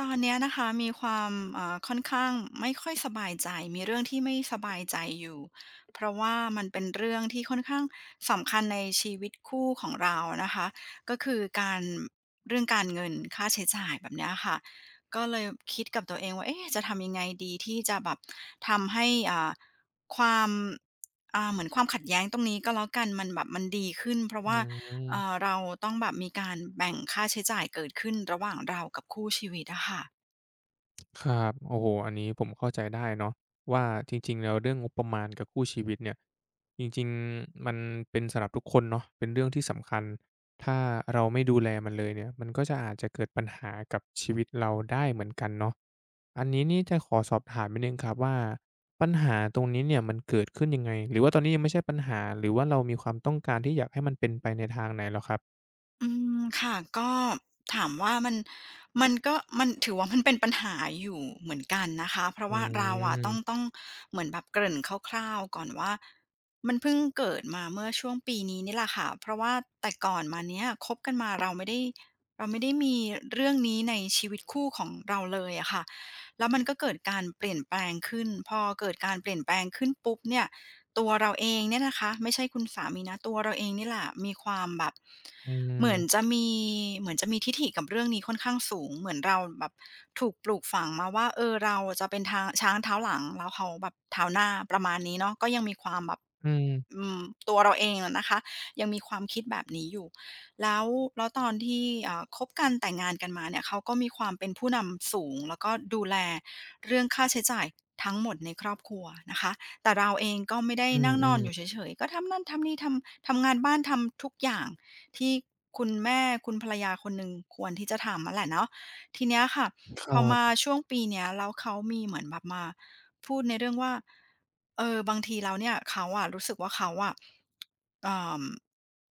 ตอนเนี้ยนะคะมีความค่อนข้างไม่ค่อยสบายใจมีเรื่องที่ไม่สบายใจอยู่เพราะว่ามันเป็นเรื่องที่ค่อนข้างสำคัญในชีวิตคู่ของเรานะคะก็คือการเรื่องการเงินค่าใช้จ่ายแบบเนี้ยค่ะก็เลยคิดกับตัวเองว่าเอ๊ะจะทำยังไงดีที่จะแบบทำให้ความเหมือนความขัดแย้งตรงนี้ก็แล้วกันมันแบบมันดีขึ้นเพราะอืว่า มเราต้องแบบมีการแบ่งค่าใช้จ่ายเกิดขึ้นระหว่างเรากับคู่ชีวิตอะค่ะครับโอ้โฮอันนี้ผมเข้าใจได้เนาะว่าจริงๆแล้วเรื่องงบประมาณกับคู่ชีวิตเนี่ยจริงๆมันเป็นสำหรับทุกคนเนาะเป็นเรื่องที่สำคัญ ถ้าเราไม่ดูแลมันเลยเนี่ยมันก็จะอาจจะเกิดปัญหากับชีวิตเราได้เหมือนกันเนาะอันนี้นี่จะขอสอบถามนิดหนึ่งครับว่าปัญหาตรงนี้เนี่ยมันเกิดขึ้นยังไง หรือว่าตอนนี้ยังไม่ใช่ปัญหาหรือว่าเรามีความต้องการที่อยากให้มันเป็นไปในทางไหนเหรอครับอืมค่ะก็ถามว่ามันมันก็มันถือว่ามันเป็นปัญหาอยู่เหมือนกันนะคะเพราะอืว่าเราอะต้องมต้องเหมือนแบบเกริ่นคร่าวๆก่อนว่ามันเพิ่งเกิดมาเมื่อช่วงปีนี้นี่แหละค่ะเพราะว่าแต่ก่อนมาเนี้ยคบกันมาเราไม่ได้เราไม่ได้มีเรื่องนี้ในชีวิตคู่ของเราเลยอะค่ะแล้วมันก็เกิดการเปลี่ยนแปลงขึ้นพอเกิดการเปลี่ยนแปลงขึ้นปุ๊บเนี่ย ตัวเราเองเนี่ยนะคะไม่ใช่คุณสามีนะตัวเราเองนี่แหละมีความแบบอืเหมมือนจะมีเหมือนจะมีทิฐิกับเรื่องนี้ค่อนข้างสูงเหมือนเราแบบถูกปลูกฝังมาว่าเออเราจะเป็นทางช้างเท้าหลังแล้วเขาแบบเท้าหน้าประมาณนี้เนาะก็ยังมีความแบบอืมอืมตัวเราเองอะนะคะยังมีความคิดแบบนี้อยู่แล้วตอนที่คบกันแต่งงานกันมาเนี่ยเขาก็มีความเป็นผู้นำสูงแล้วก็ดูแลเรื่องค่าใช้จ่ายทั้งหมดในครอบครัวนะคะ แต่เราเองก็ไม่ได้อืมนั่งอืนอมนอยู่เฉยๆ ก็ทำนั่นทำนี่ทำงานบ้านทำทุกอย่างที่คุณแม่คุณภรรยาคนหนึ่งควรที่จะทำอะแหละเนาะทีเนี้ยค่ะคพรัอมาบ ช่วงปีเนี้ยแล้วเขามีเหมือนแบบมาพูดในเรื่องว่าเออบางทีแล้วเนี่ยเขาอะรู้สึกว่าเขาอะเอ่อ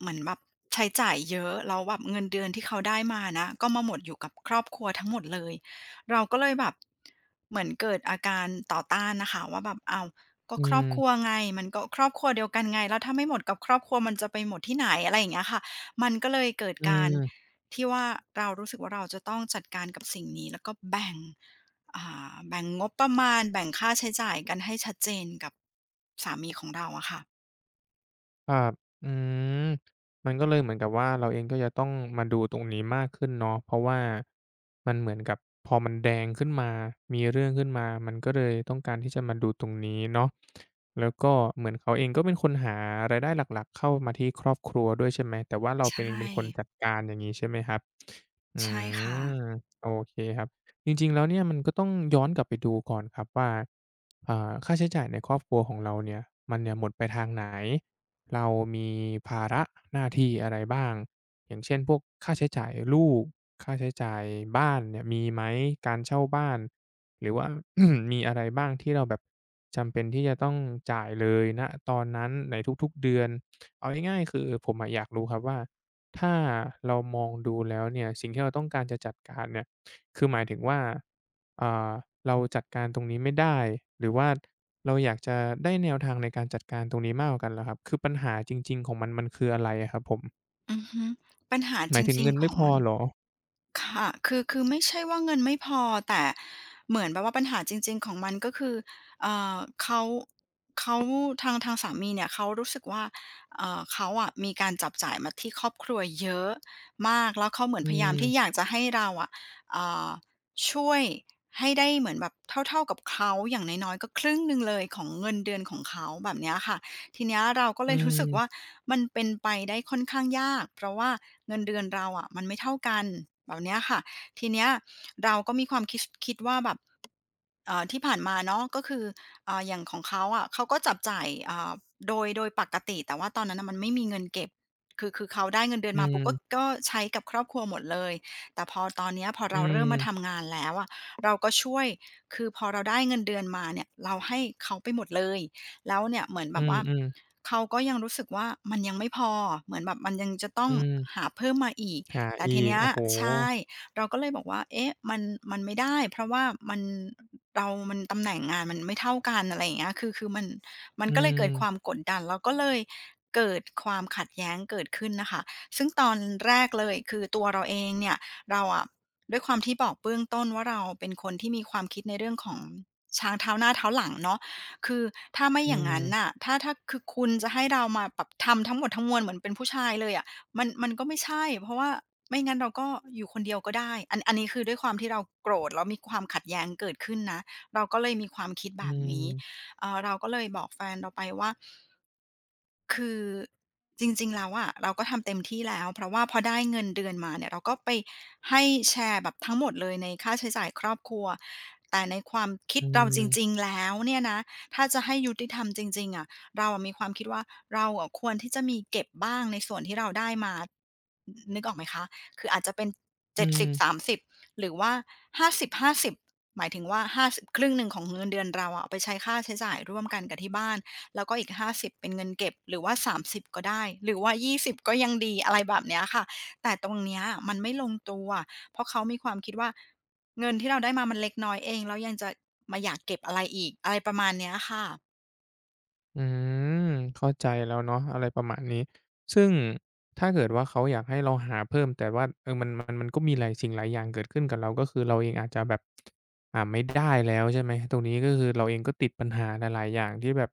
เหมือนแบบใช้จ่ายเยอะแล้วแบบเงินเดือนที่เขาได้มานะก็มาหมดอยู่กับครอบครัวทั้งหมดเลยเราก็เลยแบบเหมือนเกิดอาการต่อต้านน่ะค่ะว่าแบบอ้าว ก็อืครอบครัวม ไงมันก็ครอบครัวเดียวกันไงแล้วถ้าไม่หมดกับครอบครัวมันจะไปหมดที่ไหนอะไรอย่างเงี้ยค่ะมันก็เลยเกิดอืการม ที่ว่าเรารู้สึกว่าเราจะต้องจัดการกับสิ่งนี้แล้วก็แบ่งอ่แบ่งงบประมาณแบ่งค่าใช้จ่ายกันให้ชัดเจนกับสามีของเราอะค่ะครับอืมมันก็เลยเหมือนกับว่าเราเองก็จะต้องมาดูตรงนี้มากขึ้นเนาะเพราะว่ามันเหมือนกับพอมันแดงขึ้นมามีเรื่องขึ้นมา มันก็เลยต้องการที่จะมาดูตรงนี้เนาะแล้วก็เหมือนเขาเองก็เป็นคนหารายได้หลักๆเข้ามาที่ครอบครัวด้วยใช่ไหมแต่ว่าเราใชเป็นเอง่เป็นคนจัดการอย่างงี้ใช่ไหมครับอืใช่ค่ะมโอเคครับจริงๆแล้วเนี่ยมันก็ต้องย้อนกลับไปดูก่อนครับว่าค่าใช้จ่ายในครอบครัวของเราเนี่ยมันเนี่ยหมดไปทางไหน เรามีภาระหน้าที่อะไรบ้างอย่างเช่นพวกค่าใช้จ่ายลูกค่าใช้จ่ายบ้านเนี่ยมีไหมการเช่าบ้านหรือว่า มีอะไรบ้างที่เราแบบจำเป็นที่จะต้องจ่ายเลยณตอนนั้นในทุกๆเดือนเอาง่ายๆคือผมอะอยากรู้ครับว่าถ้าเรามองดูแล้วเนี่ยสิ่งที่เราต้องการจะจัดการเนี่ย คือหมายถึงว่าอ่าเราจัดการตรงนี้ไม่ได้หรือว่าเราอยากจะได้แนวทางในการจัดการตรงนี้มากกว่ากันเหรอครับคือปัญหาจริงๆของมันมันคืออะไรอะครับผมอือฮึปัญหาหจมายถึงริงเงินๆขไม่องพอมัน เหรอค่ะคือไม่ใช่ว่าเงินไม่พอแต่เหมือนแบบว่าปัญหาจริงๆ ของมันก็คือเอ่อเขาเขาทางสามีเนี่ยเขารู้สึกว่าเขาอะมีการจับจ่ายมาที่ครอบครัวเยอะมาก แล้วเขาเหมือนอืพยายามที่อมยากจะให้เราอะอ่าช่วยให้ได้เหมือนแบบเท่าๆกับเขาอย่างน้อยๆก็ครึ่งหนึ่งเลยของเงินเดือนของเขาแบบเนี้ยค่ะ ทีเนี้ยเราก็อืเลยรู้สึกว่ามมันเป็นไปได้ค่อนข้างยากเพราะว่าเงินเดือนเราอะมันไม่เท่ากันแบบเนี้ยค่ะทีเนี้ยเราก็มีความคิดว่าแบบ ที่ผ่านมาเนาะก็คืออย่างของเขาอะเขาก็จับจ่ายโดยปกติแต่ว่าตอนนั้นน่ะมันไม่มีเงินเก็บคือเขาได้เงินเดือนอืมาปุ๊บก็มก็ใช้กับครอบครัวหมดเลยแต่พอตอนเนี้ยพออืเราเริ่มมามทำงานแล้วอะเราก็ช่วยคือพอเราได้เงินเดือนมาเนี่ยเราให้เขาไปหมดเลยแล้วเนี่ยเหมือนอืแบบมว่าอืมเขาก็ยังรู้สึกว่ามันยังไม่พอเหมือนแบบมันยังจะต้ออืงมหาเพิ่มมาอีกหาแต่อีทีกเนี้ยโอ้โฮใช่ เราก็เลยบอกว่าเอ๊ะมันมันไม่ได้เพราะว่ามันเรามันตำแหน่งงานมันไม่เท่ากันอะไรอย่างเงี้ยคือมันมันอืก็เลยมเกิดความกดดัน แล้วก็เลยเกิดความขัดแย้งเกิดขึ้นน่ะค่ะซึ่งตอนแรกเลยคือตัวเราเองเนี่ยเราอะด้วยความที่บอกเบื้องต้นว่าเราเป็นคนที่มีความคิดในเรื่องของช้างเท้าหน้าเท้าหลังเนาะคือถ้าไม่อือย่างมงั้นน่ะถ้าคือคุณจะให้เรามาปรับทำทั้งหมดทั้งมวลเหมือนเป็นผู้ชายเลยอะ มันมันก็ไม่ใช่เพราะว่าไม่งั้นเราก็อยู่คนเดียวก็ได้อันนี้คือด้วยความที่เราโกรธแล้วมีความขัดแย้งเกิดขึ้นนะเราก็เลยมีความคิดอืแบบนี้มเราก็เลยบอกแฟนเราไปว่าคือจริงๆแล้วอะเราก็ทำเต็มที่แล้วเพราะว่าพอได้เงินเดือนมาเนี่ยเราก็ไปให้แชร์แบบทั้งหมดเลยในค่าใช้จ่ายครอบครัวแต่ในความคิดอืเราจริงมๆแล้วเนี่ยนะถ้าจะให้ยุติธรรมจริงๆอะ เราอะมีความคิดว่าเราอะควรที่จะมีเก็บบ้างในส่วนที่เราได้มานนึกออกไหมคะ คืออาจจะเป็นอืม 70-30หรือว่า50-50หาสิบหมายถึงว่า50ครึ่งหนึ่งของเงินเดือนเราอะเอาไปใช้ค่าใช้จ่ายร่วมกันกับที่บ้านแล้วก็อีก50เป็นเงินเก็บหรือว่า30ก็ได้หรือว่า20ก็ยังดีอะไรแบบเนี้ยค่ะแต่ตรงเนี้ยมันไม่ลงตัวเพราะเขามีความคิดว่าเงินที่เราได้มามันเล็กน้อยเองแล้วยังจะมาอยากเก็บอะไรอีกอะไรประมาณเนี้ยค่ะอืมเข้าใจแล้วเนาะอะไรประมาณนี้ซึ่งถ้าเกิดว่าเขาอยากให้เราหาเพิ่มแต่ว่าเออมันก็มีหลายสิ่งหลายอย่างเกิดขึ้นกับเราก็คือเราเองอาจจะแบบหาไม่ได้แล้วใช่ไหมตรงนี้ก็คือเราเองก็ติดปัญหาหลายๆอย่างที่แบบ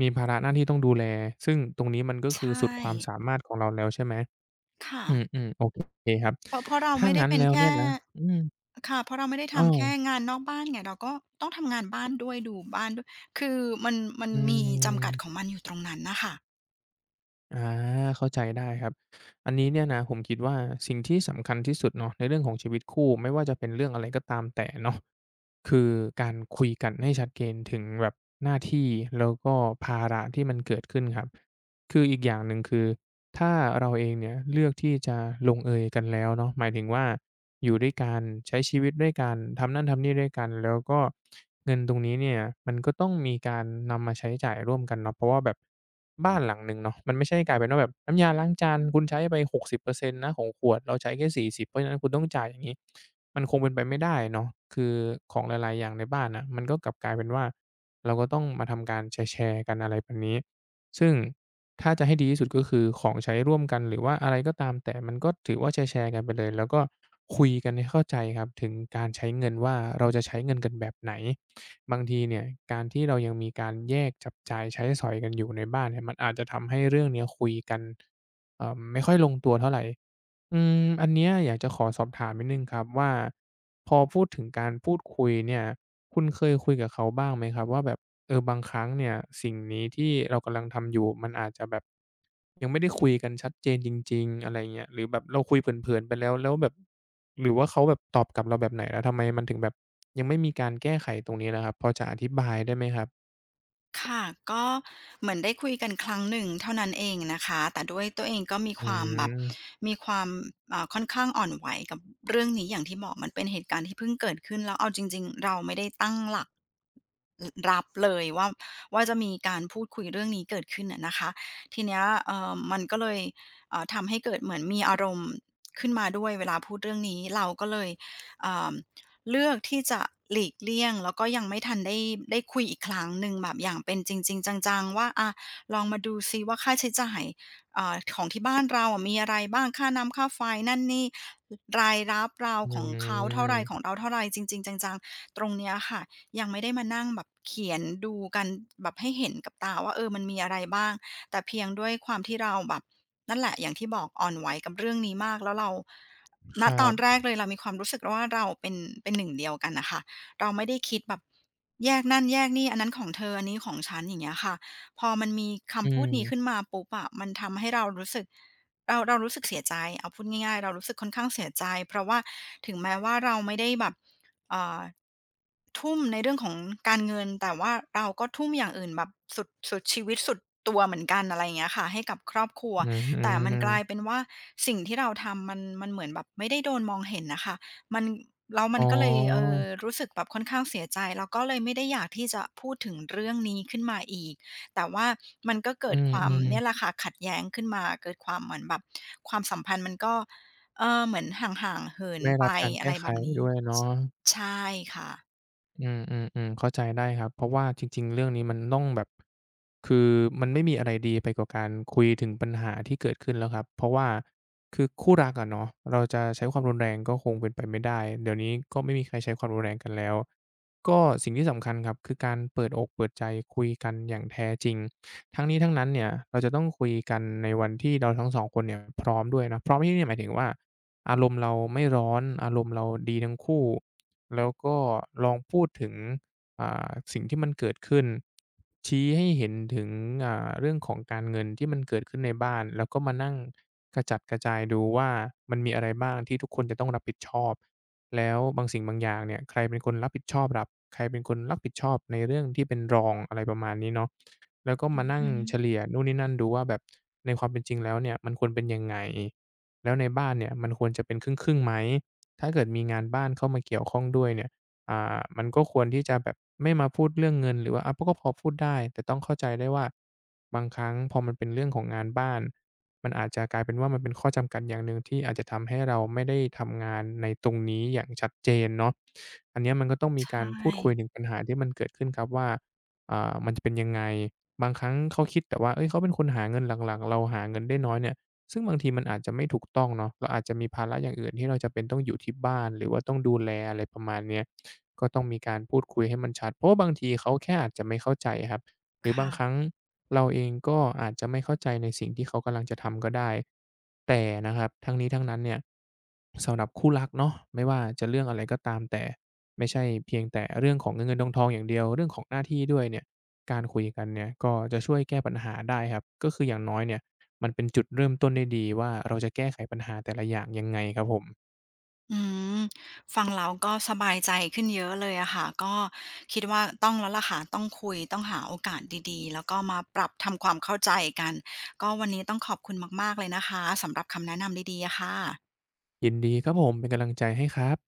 มีภาระหน้าที่ต้องดูแลซึ่งตรงนี้มันก็ใชคือสุด่ ความสามารถของเราแล้วใช่ไหมค่ะอืมๆโอเคครับเพราะเราถ้าไม่ได้งั้นเป็นแล้วแค่เนี่ยนะอืมค่ะ เพราะเราไม่ได้อ้าทำวแค่งานนอกบ้านไงเราก็ต้องทำงานบ้านด้วยดูบ้านด้วยคือมันอืมีจำกัดของม มันอยู่ตรงนั้นน่ะค่ะ อาเข้าใจได้ครับอันนี้เนี่ยนะผมคิดว่าสิ่งที่สำคัญที่สุดเนาะในเรื่องของชีวิตคู่ไม่ว่าจะเป็นเรื่องอะไรก็ตามแต่เนาะคือการคุยกันให้ชัดเจนถึงแบบหน้าที่แล้วก็ภาระที่มันเกิดขึ้นครับ คืออีกอย่างหนึ่งคือถ้าเราเองเนี่ยเลือกที่จะลงเอยกันแล้วเนาะหมายถึงว่าอยู่ด้วยกันใช้ชีวิตด้วยกันทำนั่นทำนี่ด้วยกันแล้วก็เงินตรงนี้เนี่ยมันก็ต้องมีการนำมาใช้จ่ายร่วมกันเนาะเพราะว่าแบบบ้านหลังหนึ่งเนาะมันไม่ใช่กลายเป็นว่าแบบน้ำยาล้างจานคุณใช้ไป60%นต์นะของขวดเราใช้แค่40เพราะฉะนั้นคุณต้องจ่ายอย่างงี้มันคงเป็นไปไม่ได้เนาะคือของหลายๆอย่างในบ้านน่ะมันก็กลับกลายเป็นว่าเราก็ต้องมาทำการแชร์ๆกันอะไรแบบนี้ ซึ่งถ้าจะให้ดีที่สุดก็คือของใช้ร่วมกันหรือว่าอะไรก็ตามแต่มันก็ถือว่าแชร์ๆกันไปเลยแล้วก็คุยกันให้เข้าใจครับถึงการใช้เงินว่าเราจะใช้เงินกันแบบไหนบางทีเนี่ยการที่เรายังมีการแยกจับจ่ายใช้สอยกันอยู่ในบ้านเนี่ยมันอาจจะทำให้เรื่องเนี้ยคุยกันไม่ค่อยลงตัวเท่าไร อืมอันเนี้ยอยากจะขอสอบถามนิดนึงครับว่าพอพูดถึงการพูดคุยเนี่ยคุณเคยคุยกับเขาบ้างไหมครับว่าแบบเออบางครั้งเนี่ยสิ่งนี้ที่เรากำลังทำอยู่มันอาจจะแบบยังไม่ได้คุยกันชัดเจนจริงๆอะไรเงี้ยหรือแบบเราคุยเผินๆไปแล้วแล้วแบบหรือว่าเขาแบบตอบกลับเราแบบไหนแล้วทำไมมันถึงแบบยังไม่มีการแก้ไขตรงนี้นะครับพอจะอธิบายได้ไหมครับค่ะก็เหมือนได้คุยกันครั้งหนึ่งเท่านั้นเองนะคะแต่ด้วยตัวเองก็มีอืความแบบมมีความค่อนข้างอ่อนไหวกับเรื่องนี้อย่างที่บอกมันเป็นเหตุการณ์ที่เพิ่งเกิดขึ้นแล้วเอาจริงๆเราไม่ได้ตั้งหลักอรับเลยว่าจะมีการพูดคุยเรื่องนี้เกิดขึ้นอะนะคะทีเนี้ยมันก็เลยทำให้เกิดเหมือนมีอารมณ์ขึ้นมาด้วยเวลาพูดเรื่องนี้เราก็เลยเอ่อ เลือกที่จะหลีกเลี่ยงแล้วก็ยังไม่ทันได้คุยอีกครั้งหนึ่งแบบอย่างเป็นจริงๆจังๆว่าอะลองมาดูซิว่าค่าใช้จ่ายของที่บ้านเราอะมีอะไรบ้างค่าน้ำค่าไฟนั่นนี่รายรับเราอืของเขาเท่าไรมของเราเท่าไรจริงๆจังๆตรงเนี้ยค่ะ ยังไม่ได้มานั่งแบบเขียนดูกันแบบให้เห็นกับตาว่าเออมันมีอะไรบ้างแต่เพียงด้วยความที่เราแบบนั่นแหละอย่างที่บอกอ่อนไหวกับเรื่องนี้มากแล้วเราคณรัตอนแรบกเลยเรามีความรู้สึกว่าเราเป็นเป็นหนึ่งเดียวกันน่ะค่ะเราไม่ได้คิดแบบแยกนั่นแยกนี่อันนั้นของเธออันนี้ของฉันอย่างเงี้ยค่ะพอมันมีอืคำพูดนี้ขึ้นมมาปุ๊บอะมันทำให้เรารู้สึกเรารู้สึกเสียใจเอาพูดง่ายๆเรารู้สึกค่อนข้างเสียใจเพราะว่าถึงแม้ว่าเราไม่ได้แบบ อ่าทุ่มในเรื่องของการเงินแต่ว่าเราก็ทุ่มอย่างอื่นแบบสุดสุดชีวิตสุดตัวเหมือนกันอะไรอย่างเงี้ยค่ะให้กับครอบครัวอืมอแต่มันกลายเป็มนว่าสิ่งที่เราทำมันเหมือนแบบไม่ได้โดนมองเห็นน่ะค่ะมันแล้วมัอ๋นก็เลยอรู้สึกแบบค่อนข้างเสียใจแล้วก็เลยไม่ได้อยากที่จะพูดถึงเรื่องนี้ขึ้นมาอีกแต่ว่ามันก็อืเกิดมความอืม เนี่ยแหละค่ะขัดแย้งขึ้นมาเกิดความเหมือนแบบความสัมพันธ์มันก็เออเหมือนห่างๆเหินไม่ไปรับการอะแก้ไรไขแบบนี้ ด้วยเนาะ ใช่ค่ะอืมออืมอืมเข้าใจได้ครับเพราะว่าจริงๆเรื่องนี้มันต้องแบบคือมันไม่มีอะไรดีไปกว่าการคุยถึงปัญหาที่เกิดขึ้นแล้วครับเพราะว่าคือคู่รักอะเนาะเราจะใช้ความรุนแรงก็คงเป็นไปไม่ได้เดี๋ยวนี้ก็ไม่มีใครใช้ความรุนแรงกันแล้วก็สิ่งที่สำคัญครับคือการเปิดอกเปิดใจคุยกันอย่างแท้จริงทั้งนี้ทั้งนั้นเนี่ยเราจะต้องคุยกันในวันที่เราทั้งสองคนเนี่ยพร้อมด้วยนะพร้อมที่นี่หมายถึงว่าอารมณ์เราไม่ร้อนอารมณ์เราดีทั้งคู่ แล้วก็ลองพูดถึงสิ่งที่มันเกิดขึ้นชี้ให้เห็นถึงเรื่องของการเงินที่มันเกิดขึ้นในบ้านแล้วก็มานั่งกระจัดกระจายดูว่ามันมีอะไรบ้างที่ทุกคนจะต้องรับผิดชอบแล้วบางสิ่งบางอย่างเนี่ยใครเป็นคนรับผิดชอบรับใครเป็นคนรับผิดชอบในเรื่องที่เป็นรองอะไรประมาณนี้เนาะแล้วก็อืมาอนั่งฮึเฉลี่ยนู่นนี่นั่นดูว่าแบบในความเป็นจริงแล้วเนี่ยมันควรเป็นยังไงแล้วในบ้านเนี่ยมันควรจะเป็นครึ่งครึ่งไหม ถ้าเกิดมีงานบ้านเข้ามาเกี่ยวข้องด้วยเนี่ยมันก็ควรที่จะแบบไม่มาพูดเรื่องเงินหรือว่าอาก็พอพูดได้แต่ต้องเข้าใจได้ว่าบางครั้งพอมันเป็นเรื่องของงานบ้านมันอาจจะกลายเป็นว่ามันเป็นข้อจำกัดอย่างหนึ่งที่อาจจะทำให้เราไม่ได้ทำงานในตรงนี้อย่างชัดเจนเนาะอันเนี้ยมันก็ต้องมีการใช่พูดคุยถึงปัญหาที่มันเกิดขึ้นครับว่ามันจะเป็นยังไง บางครั้งเขาคิดแต่ว่าเฮ้ยเขาเป็นคนหาเงินหลักๆเราหาเงินได้น้อยเนี่ย ซึ่งบางทีมันอาจจะไม่ถูกต้องเนาะเราอาจจะมีภาระอย่างอื่นที่เราจำเป็นต้องอยู่ที่บ้านหรือว่าต้องดูแลอะไรประมาณเนี้ยก็ต้องมีการพูดคุยให้มันชัดเพราะว่าบางทีเขาแค่อาจจะไม่เข้าใจครับหรือบางค่ะครั้งเราเองก็อาจจะไม่เข้าใจในสิ่งที่เขากำลังจะทำก็ได้แต่นะครับทั้งนี้ทั้งนั้นเนี่ยสำหรับคู่รักเนาะไม่ว่าจะเรื่องอะไรก็ตามแต่ไม่ใช่เพียงแต่เรื่องของเงินๆทองๆอย่างเดียวเรื่องของหน้าที่ด้วยเนี่ยการคุยกันเนี่ยก็จะช่วยแก้ปัญหาได้ครับก็คืออย่างน้อยเนี่ย มันเป็นจุดเริ่มต้นได้ดีว่าเราจะแก้ไขปัญหาแต่ละอย่างยังไงครับผมอืมฟังแล้วก็สบายใจขึ้นเยอะเลยอะค่ะก็คิดว่าต้องแล้วล่ะค่ะต้องคุยต้องหาโอกาสดีๆแล้วก็มาปรับทำความเข้าใจกันก็วันนี้ต้องขอบคุณมากๆเลยนะคะสำหรับคำแนะนำดีๆอะค่ะยินดีครับผมเป็นกำลังใจให้ครับ